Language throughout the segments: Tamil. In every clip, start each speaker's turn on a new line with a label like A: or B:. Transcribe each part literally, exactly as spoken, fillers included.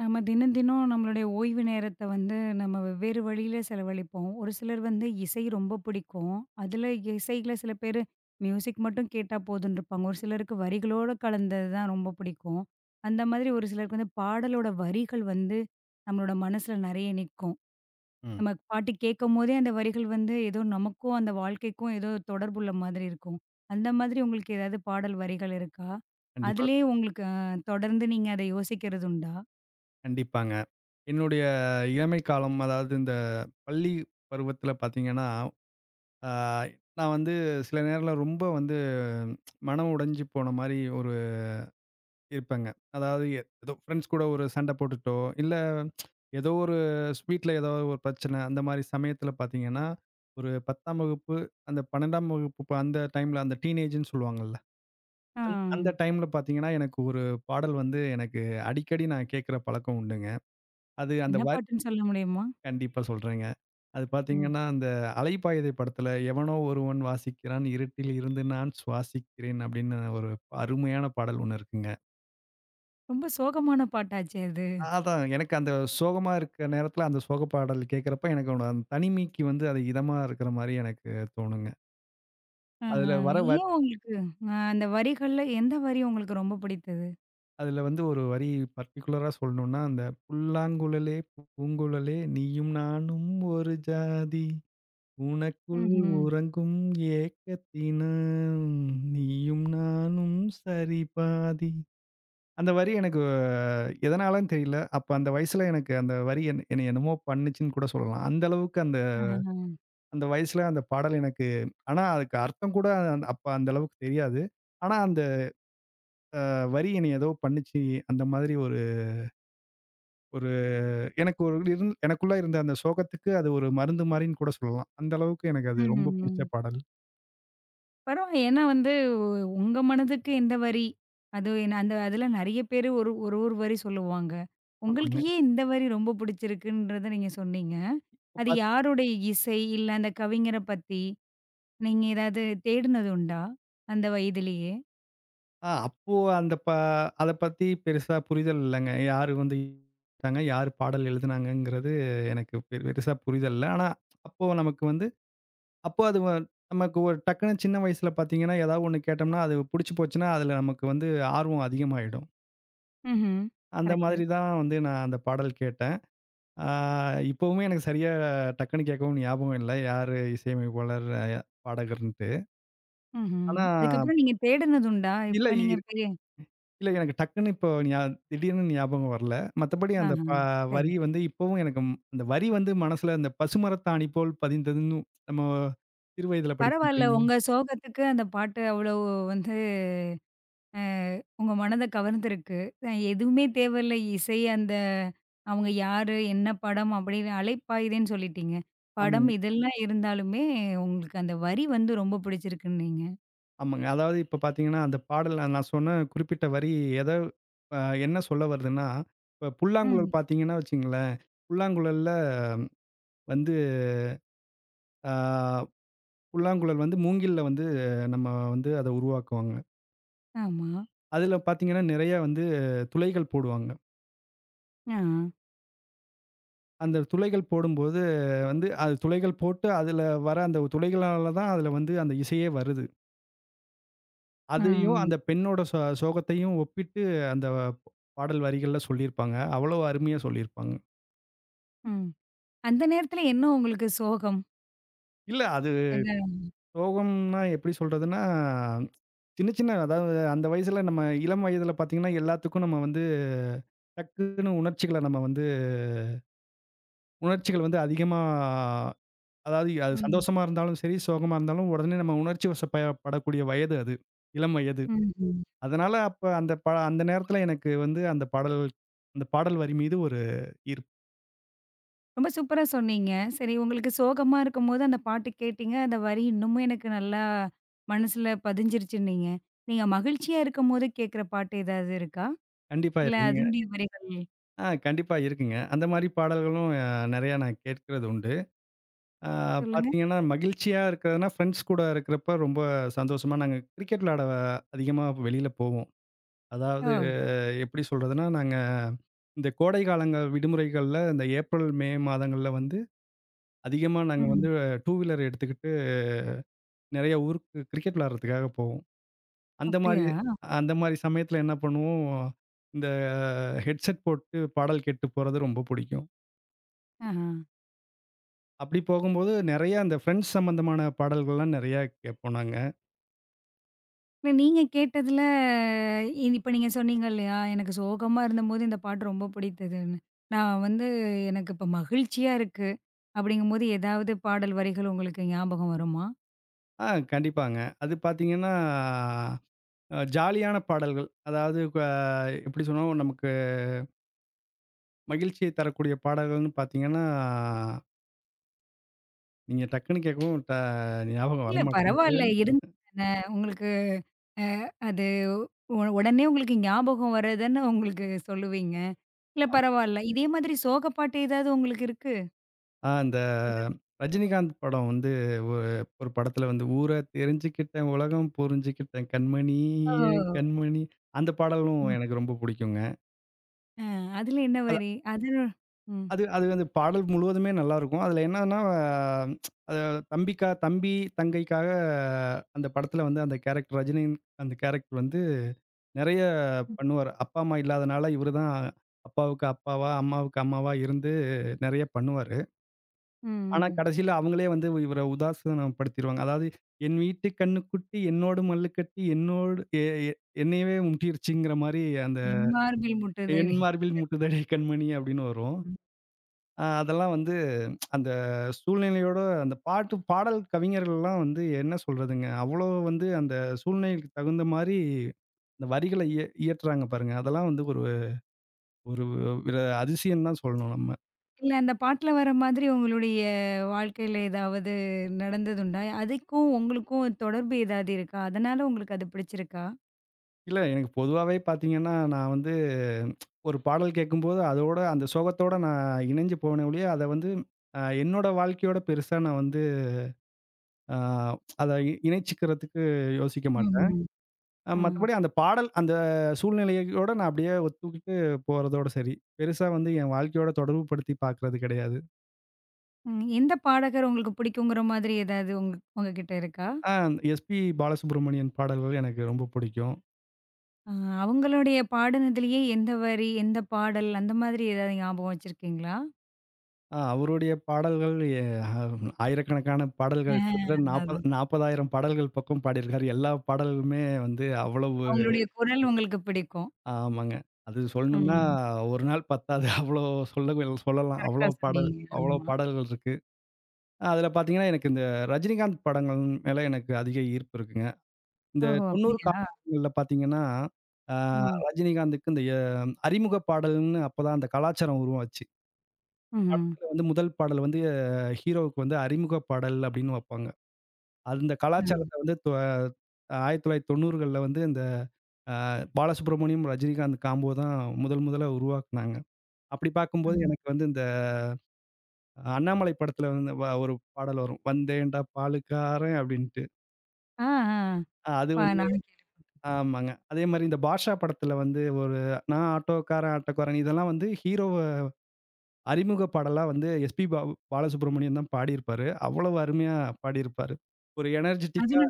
A: நம்ம தினம் தினம் நம்மளுடைய ஓய்வு நேரத்த வந்து நம்ம வெவ்வேறு வழியில செலவழிப்போம். ஒரு சிலர் வந்து இசை ரொம்ப பிடிக்கும். அதில இசையில சில பேரு மியூசிக் மட்டும் கேட்டா போதும்ன்னு இருப்பாங்க. ஒரு சிலருக்கு வரிகளோட கலந்தது தான் ரொம்ப பிடிக்கும். அந்த மாதிரி ஒரு சிலருக்கு வந்து பாடலோட வரிகள் வந்து நம்மளோட மனசுல நெறைய நிக்கும்.
B: ம்.
A: நம்ம பாட்டு கேட்கும்போதே அந்த வரிகள் வந்து ஏதோ நமக்கும் அந்த வாழ்க்கைக்கும் ஏதோ தொடர்புள்ள மாதிரி இருக்கும். அந்த மாதிரி உங்களுக்கு ஏதாவது பாடல் வரிகள் இருக்கா?
B: கண்டிப்பா,
A: அதிலேயே உங்களுக்கு அ தொடர்ந்து நீங்க அத யோசிக்கிறது உண்டா?
B: கண்டிப்பாங்க. என்னுடைய இளமை காலம், அதாவது இந்த பள்ளி பருவத்தில பார்த்தீங்கன்னா, ஆ நான் வந்து சில நேரம்ல ரொம்ப வந்து மனம் உடைஞ்சு போன மாரி ஒரு இருப்பேங்க. அதாவது எ- ஏதோ ஃப்ரெண்ட்ஸ் கூட ஒரு சண்டை போட்டுட்டோ, இல்ல ஏதோ ஒரு வீட்ல ஏதோ ஒரு பிரச்சனை, அந்த மாரி சமயத்தில பார்த்தீங்கன்னா, ஒரு பத்தாம் வகுப்பு, அந்த பன்னிரண்டாம் வகுப்பு ப- அந்த டைம்ல அந்த டீனேஜ்ன்னு சொல்லுவாங்கல்ல.
A: ஆ.
B: அந்த டைம்ல பார்த்தீங்கன்னா, எனக்கு ஒரு பாடல் வந்து எனக்கு அடிக்கடி நான் கேட்கிற பழக்கம் உண்டுங்க. அது அந்த
A: என்ன பாட்டுன்னு சொல்ல முடியுமா?
B: கண்டிப்பா சொல்றேங்க. அது
A: ம்.
B: பார்த்தீங்கன்னா, அந்த அலைப்பாயுதை படத்துல எவனோ ஒருவன் வாசிக்கிறான் இருட்டில் இருந்து நான் சுவாசிக்கிறேன் அப்படின்னு ஒரு அருமையான பாடல் ஒண்ணு இருக்குங்க.
A: ரொம்ப சோகமான பாட்டாச்சே அது.
B: அதான் எனக்கு அந்த சோகமா இருக்கிற நேரத்துல அந்த சோக பாடல் கேட்கிறப்ப எனக்கு ஒரு அந்த தனிமைக்கு வந்து அது இதமா இருக்கிற மாரி எனக்கு தோணுங்க.
A: ஆஹா.
B: அதுல வர வ
A: ஏன் உங்களுக்கு அ அந்த வரிகள்ல எந்த வரி உங்களுக்கு ரொம்ப பிடித்தது?
B: அதுல வந்து ஒரு வரி பர்ட்டிகுலரா சொல்லணும்னா, அந்த "புல்லாங்குழலே பூங்குழலே நீயும் நானும் ஒரு ஜாதி." உனக்குள்
A: ம்ஹ்ம்.
B: உறங்கும் ஏக்கத்தினான் நீயும் நானும் சரி பாதி. அந்த வரி எனக்கு எதனாலன்னு தெரியல. அப்ப அந்த வயசுல எனக்கு அந்த வரி என் என்னைய என்னமோ பண்ணுச்சுன்னு கூட சொல்லலாம். அந்த அளவுக்கு அந்த
A: ஆஹா.
B: அந்த வயசுல அந்த பாடல் எனக்கு ஆனா அதுக்கு அர்த்தம் கூட அந்த- அப்ப அந்த அளவுக்கு தெரியாது. ஆனா அந்த வரி என்னைய ஏதோ பண்ணுச்சு. அந்த மாதிரி ஒரு ஒரு எனக்கு ஒரு இருந் எனக்குள்ள இருந்த அந்த சோகத்துக்கு அது ஒரு மருந்து மாரின்னு கூட சொல்லலாம். அந்த அளவுக்கு எனக்கு அது ரொம்ப
A: ம்ஹ்ம்.
B: பிடிச்ச பாடல்.
A: பரவால்ல. ஏன்னா வந்து உ உங்க மனதுக்கு எந்த வரி? அது என்ன அந்த அதுல நெறைய பேரு ஒரு ஒரு ஒரு வரி சொல்லுவாங்க. உங்களுக்கு
B: ஆமாங்க.
A: ஏன் இந்த வரி ரொம்ப பிடிச்சிருக்குன்றத நீங்க சொன்னீங்க. அது யாருடைய இசை? இல்ல அந்த கவிஞர பத்தி, நீங்க ஏதாவது தேடுனது உண்டா? அந்த வயதிலேயே?
B: ஆ அப்போ அந்த ப அத பத்தி பெருசா புரிதல் இல்லங்க. யாரு வந்து ட்டாங்க, யாரு பாடல் எழுதுனாங்கங்கிறது எனக்கு பெ பெருசா புரிதல் இல்ல. ஆனா, அப்போ நமக்கு வந்து அப்போ அது வ நமக்கு ஒரு டக்குன்னு சின்ன வயசுல பார்த்தீங்கன்னா, ஏதாவது ஒண்ணு கேட்டோம்னா, அது புடிச்சு போச்சுன்னா, அதுல நமக்கு வந்து ஆர்வம் அதிகமாயிடும்.
A: ம்ஹ்ம்.
B: அந்த
A: கரெக்ட்.
B: மாதிரி தான் வந்து நான் அந்த பாடல் கேட்டேன். ஆ இப்பவுமே எனக்கு சரியா டக்குன்னு கேட்கவும் ஞாபகம் இல்ல. யாரு இசையமைப்பாளர், அ பாடகர்ன்ட்டு.
A: ம்ஹ்ம்.
B: ஆனா,
A: அதுக்கப்புறம் நீங்க தேடுனதுண்டா?
B: இல்ல
A: இப்ப நீங்க பெரிய
B: இல்ல எனக்கு டக்குன்னு இப்போ ஞா திடீர்னு ஞாபகம் வரல. மத்தபடி அந்த
A: ஆஹா.
B: ப
A: சரி,
B: வரி
A: சரி.
B: வந்து இப்பவும் எனக்கு ம் அந்த வரி வந்து மனசுல அந்த பசுமரத்தாணி போல் பதிந்ததுன்னு நம்ம சிறுவயதில படிப்போம்
A: பரவால்ல.
B: தெரியுங்களா?
A: உங்க சோகத்துக்கு அந்த பாட்டு அவ்வளோ வந்து அ உங்க மனத கவர்ந்திருக்கு. அ எதுவுமே தேவையில்ல. இசை அந்த அவங்க யாரு? என்ன படம்? அப்படின்னு அலைப்பாயுதேன்னு சொல்லிட்டீங்க. படம்
B: ஆமாங்க,
A: இதெல்லாம் இருந்தாலுமே உங்களுக்கு அந்த வரி வந்து ரொம்ப பிடிச்சிருக்குன்னீங்க.
B: ஆமாங்க. அதாவது இப்ப பார்த்தீங்கன்னா, அந்த பாடல் நான் சொன்ன குறிப்பிட்ட வரி எத அ என்ன சொல்ல வருதுன்னா, இப்ப
A: ம்.
B: புல்லாங்குழல் பார்த்தீங்கன்னா வச்சுக்கங்களேன், புல்லாங்குழல்ல வந்து ஆ புல்லாங்குழல் வந்து மூங்கில்ல வந்து நம்ம வந்து அத உருவாக்குவாங்க.
A: ஆமா.
B: அதுல பார்த்தீங்கன்னா, நெறைய வந்து துளைகள் போடுவாங்க.
A: ஆ.
B: அந்த துளைகள் போடும்போது வந்து அது துளைகள் போட்டு அதில வர அந்த துளைகளால தான் அதில வந்து அந்த இசையே வருது. அதையும்
A: ம்.
B: அந்த பெண்ணோட சோ சோகத்தையும் ஒப்பிட்டு அந்த பாடல் வரிகள்ல சொல்லியிருப்பாங்க. அவ்வளோ அருமையா சொல்லியிருப்பாங்க.
A: ம். அந்த நேரத்துல என்ன உங்களுக்கு சோகம்?
B: இல்ல அது
A: என்ன?
B: சோகம்னா எப்படி சொல்றதுன்னா, சின்ன சின்ன அதாவது அந்த வயசுல நம்ம இளம் வயதில பார்த்தீங்கன்னா, எல்லாத்துக்கும் நம்ம வந்து டக்குன்னு உணர்ச்சிகள நம்ம வந்து உணர்ச்சிகள் வந்து அதிகமா அதாவது அது
A: ம்.
B: சந்தோஷமா இருந்தாலும் சரி, சோகமா இருந்தாலும் உடனே நம்ம உணர்ச்சி வசப்ப படக்கூடிய வயது அது. இளம் வயது.
A: ம்ஹ்ம்.
B: அதனால அப்ப அந்த ப அந்த நேரத்துல எனக்கு வந்து அந்த பாடல் அந்த பாடல் வரி மீது ஒரு ஈர்ப்பு.
A: ரொம்ப சூப்பரா சொன்னீங்க. சரி உங்களுக்கு சோகமா இருக்கும்போது அந்த பாட்டு கேட்டீங்க. அந்த வரி இன்னமும் எனக்கு நல்லா மனசுல பதிஞ்சிருச்சுன்னீங்க. நீங்க மகிழ்ச்சியா இருக்கும்போது கேட்கிற பாட்டு ஏதாவது இருக்கா?
B: கண்டிப்பா
A: இல்ல
B: இருக்குங்க.
A: அதனுடைய வரிகள்
B: ஆ கண்டிப்பா இருக்குங்க. அந்த மாரி பாடல்களும் அ நெறையா நான் கேட்கிறது உண்டு. ஆ
A: சொல்லுங்க.
B: பாத்தீங்கன்னா, மகிழ்ச்சியா இருக்கிறதுனா ஃப்ரெண்ட்ஸ் கூட இருக்கிறப்ப ரொம்ப சந்தோஷமா நாங்க கிரிக்கெட் விளையாட அதிகமா வெளியில போவோம்.
A: ஓ!
B: அதாவது எப்படி சொல்றதுன்னா, நாங்க இந்த கோடை காலங்க விடுமுறைகள்ல இந்த ஏப்ரல், மே மாதங்கள்ல வந்து அதிகமா நாங்க
A: ம்.
B: வந்து ரெண்டு வீலர் எடுத்துக்கிட்டு நெறைய ஊருக்கு கிரிக்கெட் விளையாடுறதுக்காக போவோம். அந்த மாரி
A: அப்படியா?
B: அந்த மாரி சமயத்துல என்ன பண்ணுவோம், இந்த ஹெட்செட் போட்டு பாடல் கேட்டு போறது ரொம்ப புடிக்கும்.
A: ஆஹா.
B: அப்படி போகும்போது நெறைய அந்த ஃப்ரெண்ட்ஸ் சம்மந்தமான பாடல்கள்லாம் நெறையா கேட்போம் நாங்க.
A: இல்ல நீங்க கேட்டதுல இ இப்ப நீங்க சொன்னீங்க இல்லையா? எனக்கு சோகமா இருந்தபோது இந்த பாட்டு ரொம்ப பிடித்ததுன்னு. நான் வந்து எனக்கு இப்ப மகிழ்ச்சியா இருக்கு. அப்படிங்கும்போது ஏதாவது பாடல் வரிகள் உங்களுக்கு ஞாபகம் வருமா?
B: ஆ கண்டிப்பாங்க. அது பார்த்தீங்கன்னா, அ ஜாலியான பாடல்கள். அதாவது க எப்படி சொன்னாலும் நமக்கு மகிழ்ச்சியை தரக்கூடிய பாடல்கள்னு பார்த்தீங்கன்னா, நீங்க டக்குன்னு கேட்கவும் ட ஞாபகம்
A: இல்ல
B: வரமாட்டேங்குது.
A: பரவால்ல. இருந்துதானே உங்களுக்கு அது உ உடனே உங்களுக்கு ஞாபகம் வரதுன்னு உங்களுக்கு சொல்லுவீங்க. இல்ல பரவால்ல. இதே மாதிரி சோக பாட்டு ஏதாவது உங்களுக்கு இருக்கு?
B: ஆ அந்த
A: இருக்கா?
B: ரஜினிகாந்த் படம் வந்து ஒ ஒரு படத்துல வந்து, "ஊர தெரிஞ்சுக்கிட்டேன், உலகம் புரிஞ்சுக்கிட்டேன், கண்மணி என் கண்மணி" அந்த பாடலும்
A: ம்.
B: எனக்கு ரொம்ப புடிக்குங்க.
A: அ அதுல என்ன
B: அது
A: வரி? அது ம். ம்.
B: அது அது வந்து பாடல் முழுவதுமே நல்லாருக்கும். அதுல என்னன்னா, இந்த தம்பிக்கா தம்பி, தங்கைக்காக அந்த படத்துல வந்து அந்த கேரக்டர் ரஜினி அந்த கேரக்டர் வந்து நெறைய பண்ணுவாரு. அப்பா, அம்மா இல்லாதனால இவரு தான் அப்பாவுக்கு அப்பாவா, அம்மாவுக்கு அம்மாவா இருந்து நெறைய பண்ணுவாரு. ஆனா
A: ம்.
B: கடைசியில அவங்களே வந்து இவர உதாசீனப்படுத்திருவாங்க. அதாவது, "என் வீட்டு கன்னுக்குட்டி என்னோடு மல்லுக்கட்டி என்னோடு எ எ என்னையவே முட்டிருச்சுங்கிற" மாரி அந்த
A: என் மார்பில்
B: "என்
A: முட்டுதடி.
B: மார்பில் முட்டுதடி கண்மணி" அப்படின்னு வரும்.
A: ம்.
B: அ அதெல்லாம் வந்து அந்த சூழ்நிலையோட அந்த பாட்டு பாடல் கவிஞர்கள்லாம் வந்து என்ன சொல்றதுங்க, அவ்வளோ வந்து அந்த சூழ்நிலைக்கு தகுந்த மாரி அந்த வரிகள இய இயற்றுறாங்க பாருங்க. அதெல்லாம் வந்து ஒரு ஒரு வித அதிசயம் தான் சொல்லணும் நம்ம.
A: இல்ல அந்த பாட்டுல வர மாதிரி உங்களுடைய வாழ்க்கையில ஏதாவது நடந்ததுண்டா? அதுக்கும் உங்களுக்கும் தொடர்பு ஏதாவது இருக்கா? அதனால உங்களுக்கு அது பிடிச்சிருக்கா?
B: இல்ல, எனக்கு பொதுவாவே பார்த்தீங்கன்னா, நான் வந்து ஒரு பாடல் கேட்கும்போது, அதோட அந்த சோகத்தோட நான் இணைஞ்சு போனே ஒழிய, அத வந்து அ என்னோட வாழ்க்கையோட பெருசா நான் வந்து அ அத இ இணைச்சுக்கிறதுக்கு யோசிக்க மாட்டேன்.
A: ம்ஹ்ம்.
B: அ
A: ஆ.
B: மத்தபடி அந்த பாடல், அந்த சூழ்நிலையோட நான் அப்படியே ஒத்துக்கிட்டு போறதோட சரி. பெருசா வந்து என் வாழ்க்கையோட தொடர்புபடுத்தி பார்க்கிறது கிடையாது.
A: ம். எந்த பாடகர் உங்களுக்கு பிடிக்குங்கிற மாதிரி ஏதாவது உங்க உங்ககிட்ட இருக்கா?
B: ஆ எஸ்பி பாலசுப்ரமணியன் பாடல்கள் எனக்கு ரொம்ப பிடிக்கும்.
A: ஆ, அவங்களுடைய பாடுனதுலயே எந்த வரி, எந்த பாடல் அந்த மாதிரி ஏதாவது ஞாபகம் வச்சிருக்கீங்களா?
B: ஆ அவருடைய பாடல்கள் எ ஆயிரக்கணக்கான
A: ஆ,
B: பாடல்கள் கிட்டத்தட்ட
A: அதான், அதான்.
B: 40 நாற்பதாயிரம் பாடல்கள் பக்கம் பாடியிருக்காரு. எல்லா பாடல்களுமே வந்து அவ்வளவு
A: அவங்களுடைய குரல் உங்களுக்கு பிடிக்கும்.
B: ஆமாங்க. அது சொல்லணும்னா
A: ம்.
B: ஒரு நாள் பத்தாது. அவ்வளோ சொல்ல சொல்லலாம்.
A: கரெக்ட்டா
B: அவ்வளோ பாடல்
A: சொன்னீங்க.
B: அவ்வளோ
A: ஆமா.
B: பாடல்கள் இருக்கு. அதில பார்த்தீங்கன்னா, எனக்கு இந்த ரஜினிகாந்த் படங்கள் மேல எனக்கு அதிக ஈர்ப்பு இருக்குங்க. இந்த
A: ஓஹோ!
B: தொண்ணூறு
A: அப்படியா?
B: காலகட்டங்கள்ல பார்த்தீங்கன்னா, ஆ
A: ம்.
B: ரஜினிகாந்துக்கு இந்த எ அறிமுக பாடல்ன்னு அப்பதான் அந்த கலாச்சாரம் உருவாச்சு.
A: ம்ஹ்ம்.
B: இதுல வந்து முதல் பாடல் வந்து ஹீரோவுக்கு வந்து அறிமுக பாடல் அப்படின்னு வைப்பாங்க. அந்த
A: ம்.
B: கலாச்சாரத்த வந்து தொ ஆயிரத்து தொள்ளாயிரத்து தொண்ணூறுகள்ல வந்து இந்த அ பாலசுப்ரமணியம், ரஜினிகாந்த் காம்போ தான் முதல் முதல்ல உருவாக்குனாங்க. அப்படி பார்க்கும்போது
A: ம்.
B: எனக்கு வந்து இந்த அண்ணாமலை படத்துல வந்து வ ஒரு பாடல் வரும். "வந்தேன்டா பாலுக்காரன்" அப்படின்ட்டு.
A: ஆ, ஆ.
B: அஹ் அது
A: பா
B: வந்து
A: நானும் கேட்பேன்.
B: ஆமாங்க. அதே மாரி இந்த பாட்ஷா படத்துல வந்து ஒரு "நான் ஆட்டோக்காரன் ஆட்டோக்காரன்" இதெல்லாம் வந்து ஹீரோவ அறிமுக பாடலா வந்து எஸ்பி பாலு பாலசுப்ரமணியம் தான் பாடியிருப்பாரு. அவ்வளவு அருமையா பாடியிருப்பாரு. ஒரு எனர்ஜிடிக்கா
A: அதுல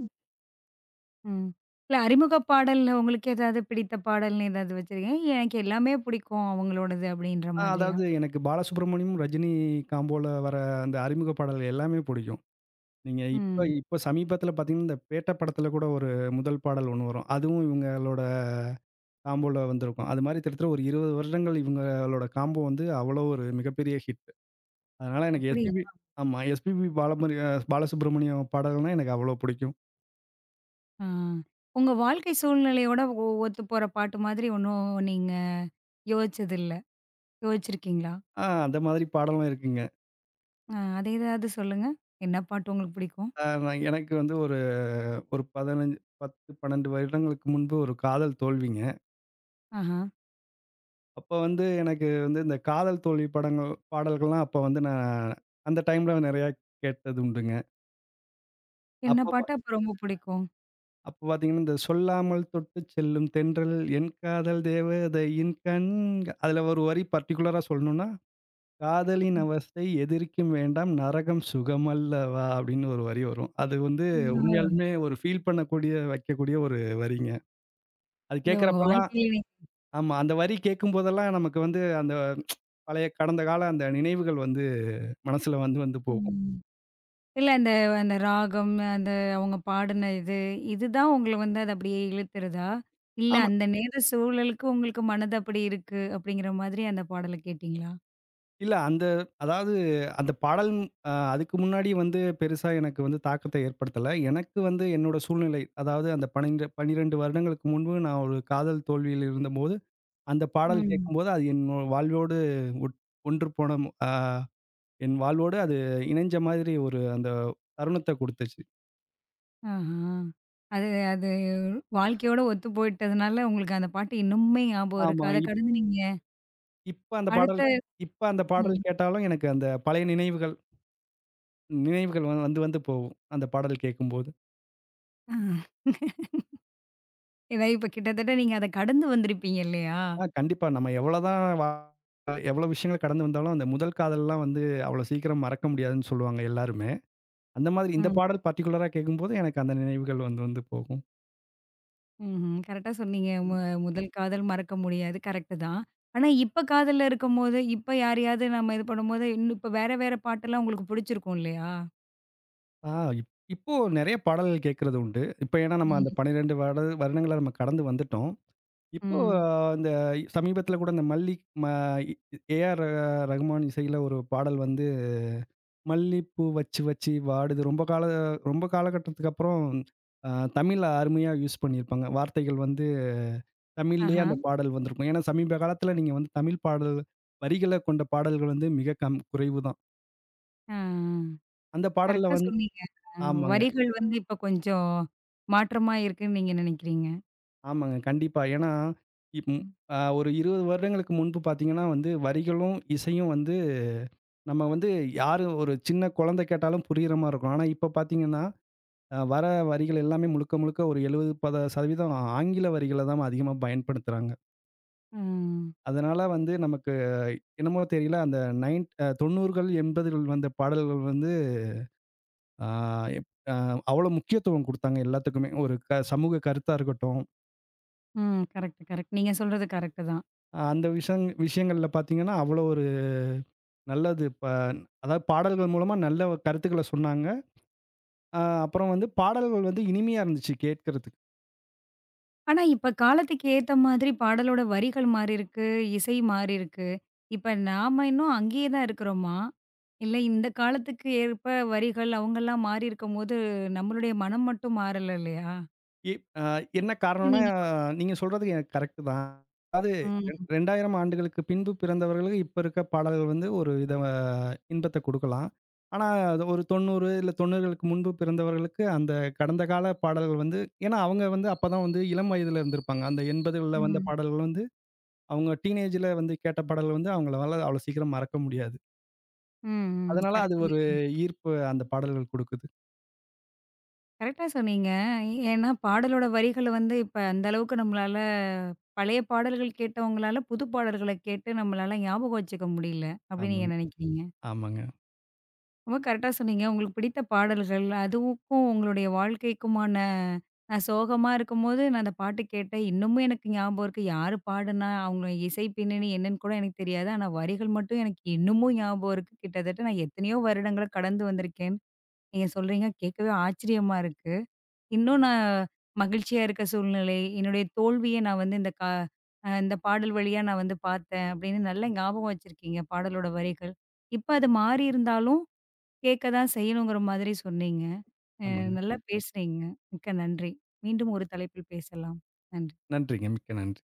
A: ம். இல்ல அறிமுக பாடல்ல உங்களுக்கு ஏதாவது பிடித்த பாடல்னு ஏதாவது வச்சிருக்கீங்க? எனக்கு எல்லாமே பிடிக்கும் அவங்களோடது அப்படின்ற
B: ஆ
A: மாதிரியா?
B: அதாவது எனக்கு பாலசுப்ரமணியம், ரஜினி காம்போல வர அந்த அறிமுக பாடல் எல்லாமே பிடிக்கும். நீங்க இப்ப
A: ம்.
B: இப்ப சமீபத்தில பார்த்தீங்கன்னா, இந்த பேட்ட படத்தில கூட ஒரு முதல் பாடல் ஒண்ணு வரும். அதுவும் இவங்களோட காம்போல வந்திருக்கும். அது மாரி கிட்டத்தட்ட ஒரு இருபது வருடங்கள் இவங்களோட காம்போ வந்து அவ்வளோ ஒரு மிகப்பெரிய ஹிட். அதனால எனக்கு
A: அப்படியா?
B: எஸ்பிபி ஆமா. எஸ்பிபி பாலமணி அ பாலசுப்ரமணியம் பாடல்னா எனக்கு அவ்வளோ பிடிக்கும்.
A: ஆ. உங்க வாழ்க்கை சூழ்நிலையோட ஒ ஒத்துப்போற பாட்டு மாதிரி ஒண்ணும் நீங்க யோசிச்சதில்ல? யோசிச்சிருக்கீங்களா?
B: ஆ அந்த மாதிரி பாடலும் இருக்குங்க.
A: அ அது ஏதாவது சொல்லுங்க. என்ன பாட்டு உங்களுக்கு பிடிக்கும்?
B: அ நான் எனக்கு வந்து ஒரு ஒரு 15 பத்து, பன்னிரண்டு வருடங்களுக்கு முன்பு ஒரு காதல் தோல்விங்க.
A: ஆஹா.
B: அப்ப வந்து எனக்கு வந்து இந்த காதல் தோல்வி படங்கள் பாடல்கள்லாம் அப்ப வந்து நான் அந்த டைம்ல நெறையா கேட்டது உண்டுங்க.
A: என்ன
B: அப்ப பா
A: பாட்டு அப்ப ரொம்ப பிடிக்கும்?
B: அப்ப பார்த்தீங்கன்னா, இந்த "சொல்லாமல் தொட்டுச் செல்லும் தென்றல் என் காதல் தேவதையின் கண்" அதுல ஒரு வரி பர்ட்டிகுலரா சொல்லணும்னா, "காதலின் அவஸ்தை எதற்கும் வேண்டாம் நரகம் சுகமல்லவா" அப்படின்னு ஒரு வரி வரும். அது வந்து
A: ஓ!
B: உண்மையாலுமே ஒரு ஃபீல் பண்ணக்கூடிய வைக்கக்கூடிய ஒரு வரிங்க. அது
A: இது உங்க
B: கேட்கிறப்பலாம்
A: வாழ்க்கையிலே
B: ஆமா. அந்த வரி கேட்கும்போதெல்லாம் நமக்கு வந்து அந்த பழைய கடந்த கால அந்த நினைவுகள் வந்து மனசுல வந்து வந்து போகும்.
A: ம். இல்ல அந்த அந்த ராகம், அந்த அவங்க பாடுன இது, இதுதான் உங்கள வந்து அது அப்படியே இழுத்துருதா? இல்ல
B: ஆமா.
A: அந்த நேர சூழலுக்கு உங்களுக்கு மனது அப்படி இருக்கு, அப்படிங்கிற மாதிரி அந்த பாடல கேட்டீங்களா?
B: இல்ல அந்த அதாவது அந்த பாடல் அ அதுக்கு முன்னாடி வந்து பெருசா எனக்கு வந்து தாக்கத்த ஏற்படுத்தல. எனக்கு வந்து என்னோட சூழ்நிலை, அதாவது அந்த 12 12 வருடங்களுக்கு முன்பு நான் ஒரு காதல் தோல்வியில் இருந்தபோது, அந்த பாடல்
A: ம்.
B: கேட்கும்போது அது என் வாழ்வோடு ஒட் ஒன்று போன அ என் வாழ்வோடு அது இணைஞ்ச மாதிரி ஒரு அந்த தருணத்த குடுத்துச்சு.
A: ஆஹா. அது அது வாழ்க்கையோட ஒத்து போயிட்டதுனால உங்களுக்கு அந்த பாட்டு இன்னுமே ஞாபகம் இருக்கு.
B: ஆமா.
A: அத
B: இப்
A: கடந்து நீங்க
B: இப்ப அந்த பாடல்
A: அடுத்த
B: இப்ப அந்த
A: ம்.
B: பாடல் கேட்டாலும் எனக்கு அந்த பழைய நினைவுகள் நினைவுகள் வந்து வந்து வந்து போகும். அந்த பாடல் கேட்கும்போது.
A: ஆ. ஏன்னா இப்ப கிட்டத்தட்ட நீங்க அத கடந்து வந்திருப்பீங்க இல்லையா?
B: ஆ கண்டிப்பா. நம்ம எவ்வளோதான் வா எவ்வளோ விஷயங்கள் கடந்து வந்தாலும், அந்த முதல் காதல்லாம் வந்து அவ்வளோ சீக்கிரம் மறக்க முடியாதுன்னு சொல்லுவாங்க எல்லாருமே. அந்த மாதிரி இந்த
A: ம்.
B: பாடல் பர்ட்டிகுலரா கேட்கும்போது, எனக்கு அந்த நினைவுகள் வந்து வந்து போகும்.
A: ம்ஹ்ம். கரெக்ட்டா சொன்னீங்க. மு முதல் காதல் மறக்க முடியாது. கரெக்ட்டு தான். ஆனா இப்ப காதல்ல இருக்கும்போது, இப்ப யாரையாவது நம்ம இது பண்ணும்போது, இன்னும் இப்ப வேற வேற பாட்டெல்லாம் உங்களுக்கு புடிச்சிருக்கும் இல்லையா?
B: ஆ இப் இப்போ நெறைய பாடல்கள் கேட்கறது உண்டு. இப்ப ஏன்னா நம்ம அந்த
A: ம்.
B: பன்னிரண்டு வருட வருடங்கள நம்ம கடந்து வந்துட்டோம். இப்போ
A: ம்.
B: ஆஹ், இந்த சமீபத்தில கூட இந்த மல்லி ம ஏ.ஆர். ரகுமான் இசையில ஒரு பாடல் வந்து, "மல்லிப்பூ வச்சு வச்சு வாடுது" ரொம்ப கால ரொம்ப காலகட்டத்துக்கு அப்புறம் அ தமிழ்ல அருமையா யூஸ் பண்ணியிருப்பாங்க. வார்த்தைகள் வந்து தமிழ்லயே
A: ஆஹா.
B: அந்த பாடல் வந்திருக்கும். ஏன்னா, சமீப காலத்துல நீங்க வந்து தமிழ் பாடல் வரிகள கொண்ட பாடல்கள் வந்து மிக கம் குறைவு தான்.
A: ஆ.
B: அந்த பாடல்ல
A: கரெக்ட்டா
B: வந்
A: சொன்னீங்க. அ
B: ஆமாங்க,
A: வரிகள் வந்து இப்ப கொஞ்சம் மாற்றமா இருக்குன்னு நீங்க நெனைக்கிறீங்க.
B: ஆமாங்க. கண்டிப்பா. ஏன்னா, இப் ம்
A: ம்.
B: அ ஒரு இருபது வருடங்களுக்கு முன்பு பார்த்தீங்கன்னா வந்து, வரிகளும், இசையும் வந்து நம்ம வந்து யாரு ஒரு சின்ன குழந்தை கேட்டாலும் புரியிற மாரி இருக்கும். ஆனா, இப்ப பார்த்தீங்கன்னா, அ வர வரிகள் எல்லாமே முழுக்க முழுக்க ஒரு எழுபது, பத்து சதவீதம் ஆங்கில வரிகள தான் அதிகமா பயன்படுத்துறாங்க.
A: ம்.
B: அதனால வந்து நமக்கு என்னமோ தெரியல, அந்த நைன் அ தொண்ணூறுகள், எண்பதுகள் வந்த பாடல்கள் வந்து ஆ எப் அ அவ்வளோ முக்கியத்துவம் குடுத்தாங்க எல்லாத்துக்குமே. ஒரு க சமூக கருத்தா இருக்கட்டும்,
A: ம். Correct, correct. நீங்க சொல்றது கரெக்ட்டு தான்.
B: ஆஹ் அந்த விஷயங் விஷயங்கள்ல பார்த்தீங்கன்னா, அவ்வளோ ஒரு நல்லது ப அதாவது பாடல்கள் மூலமா நல்ல கருத்துக்கள சொன்னாங்க. அ அப்புறம் வந்து பாடல்கள் வந்து இனிமையா இருந்துச்சு கேட்கறதுக்கு.
A: ஆனா, இப்ப காலத்துக்கு ஏத்த மாதிரி பாடலோட வரிகள் மாறியிருக்கு, இசை மாறியிருக்கு. இப்ப நாம இன்னும் அங்கேயே தான் இருக்கிறோமா? இல்ல இந்த காலத்துக்கு ஏற்ப வரிகள் அவங்கலாம் மாறியிருக்கும்போது, நம்மளுடைய மனம் மட்டும் மாறல இல்லையா?
B: இப் அ என்ன காரணம்னா,
A: நீங்க
B: நீங்க சொல்றது எனக்கு கரெக்ட்டு தான். அதாவது
A: ம்.
B: இரண்டாயிரம் ஆண்டுகளுக்கு பின்பு பிறந்தவர்களுக்கு இப்ப இருக்க பாடல்கள் வந்து ஒரு வித இன்பத்த குடுக்கலாம். ஆனா, அது ஒரு தொண்ணூறு இல்ல தொண்ணூறுகளுக்கு முன்பு பிறந்தவர்களுக்கு அந்த கடந்த கால பாடல்கள் வந்து ஏன்னா அவங்க வந்து அப்பதான் வந்து இளம் வயதில இருந்திருப்பாங்க. அந்த எண்பதுகள்ல வந்த
A: ம்.
B: பாடல்கள் வந்து அவங்க டீனேஜ்ல வந்து கேட்ட பாடல்கள் வந்து அவங்களால அவ்வளோ சீக்கிரம் மறக்க முடியாது.
A: ம். ம்.
B: அதனால அது
A: கரெக்ட்
B: ஒரு
A: நீங்க
B: ஈர்ப்பு அந்த பாடல்கள் குடுக்குது.
A: கரெக்ட்டா சொன்னீங்க. ஏன்னா பாடலோட வரிகள் வந்து இப்ப அந்த அளவுக்கு நம்மளால பழைய பாடல்கள் கேட்டவங்களால புது பாடல்கள கேட்டு நம்மளால ஞாபகம் வச்சுக்க முடியல. அப்படின்னு நீங்க
B: ஆமாங்க,
A: நினைக்கிறீங்க?
B: ஆமாங்க,
A: ரொம்ப கரெக்டா சொன்னீங்க. உங்களுக்கு பிடித்த பாடல்கள், அதுவுக்கும் உங்களுடைய வாழ்க்கைக்குமான நான் சோகமா இருக்கும்போது நான் அந்த பாட்டு கேட்டேன். இன்னமும் எனக்கு ஞாபகம் இருக்கு. யாரு பாடுனா, அவங்க இசை பின்னணி என்னன்னு கூட எனக்கு தெரியாது. ஆனா வரிகள் மட்டும் எனக்கு இன்னமும் ஞாபகம் இருக்கு. கிட்டத்தட்ட நான் எத்தனையோ வருடங்கள கடந்து வந்திருக்கேன்னு நீங்க சொல்றீங்க. கேட்கவே ஆச்சரியமா இருக்கு. இன்னும் நான் மகிழ்ச்சியா இருக்க சூழ்நிலை, என்னுடைய தோல்விய நான் வந்து இந்த கா அ இந்த பாடல் வழியா நான் வந்து பார்த்தேன் அப்படின்னு நல்லா ஞாபகம் வச்சிருக்கீங்க பாடலோட வரிகள். இப்ப அது மாறி இருந்தாலும் கேட்க தான் செய்யணுங்கிற மாதிரி சொன்னீங்க. அ
B: ஆமாங்க.
A: நல்லா ம். பேசுனீங்க. மிக்க நன்றி. மீண்டும் ஒரு தலைப்பில் பேசலாம். நன்றி.
B: நன்றிங்க. மிக்க நன்றி.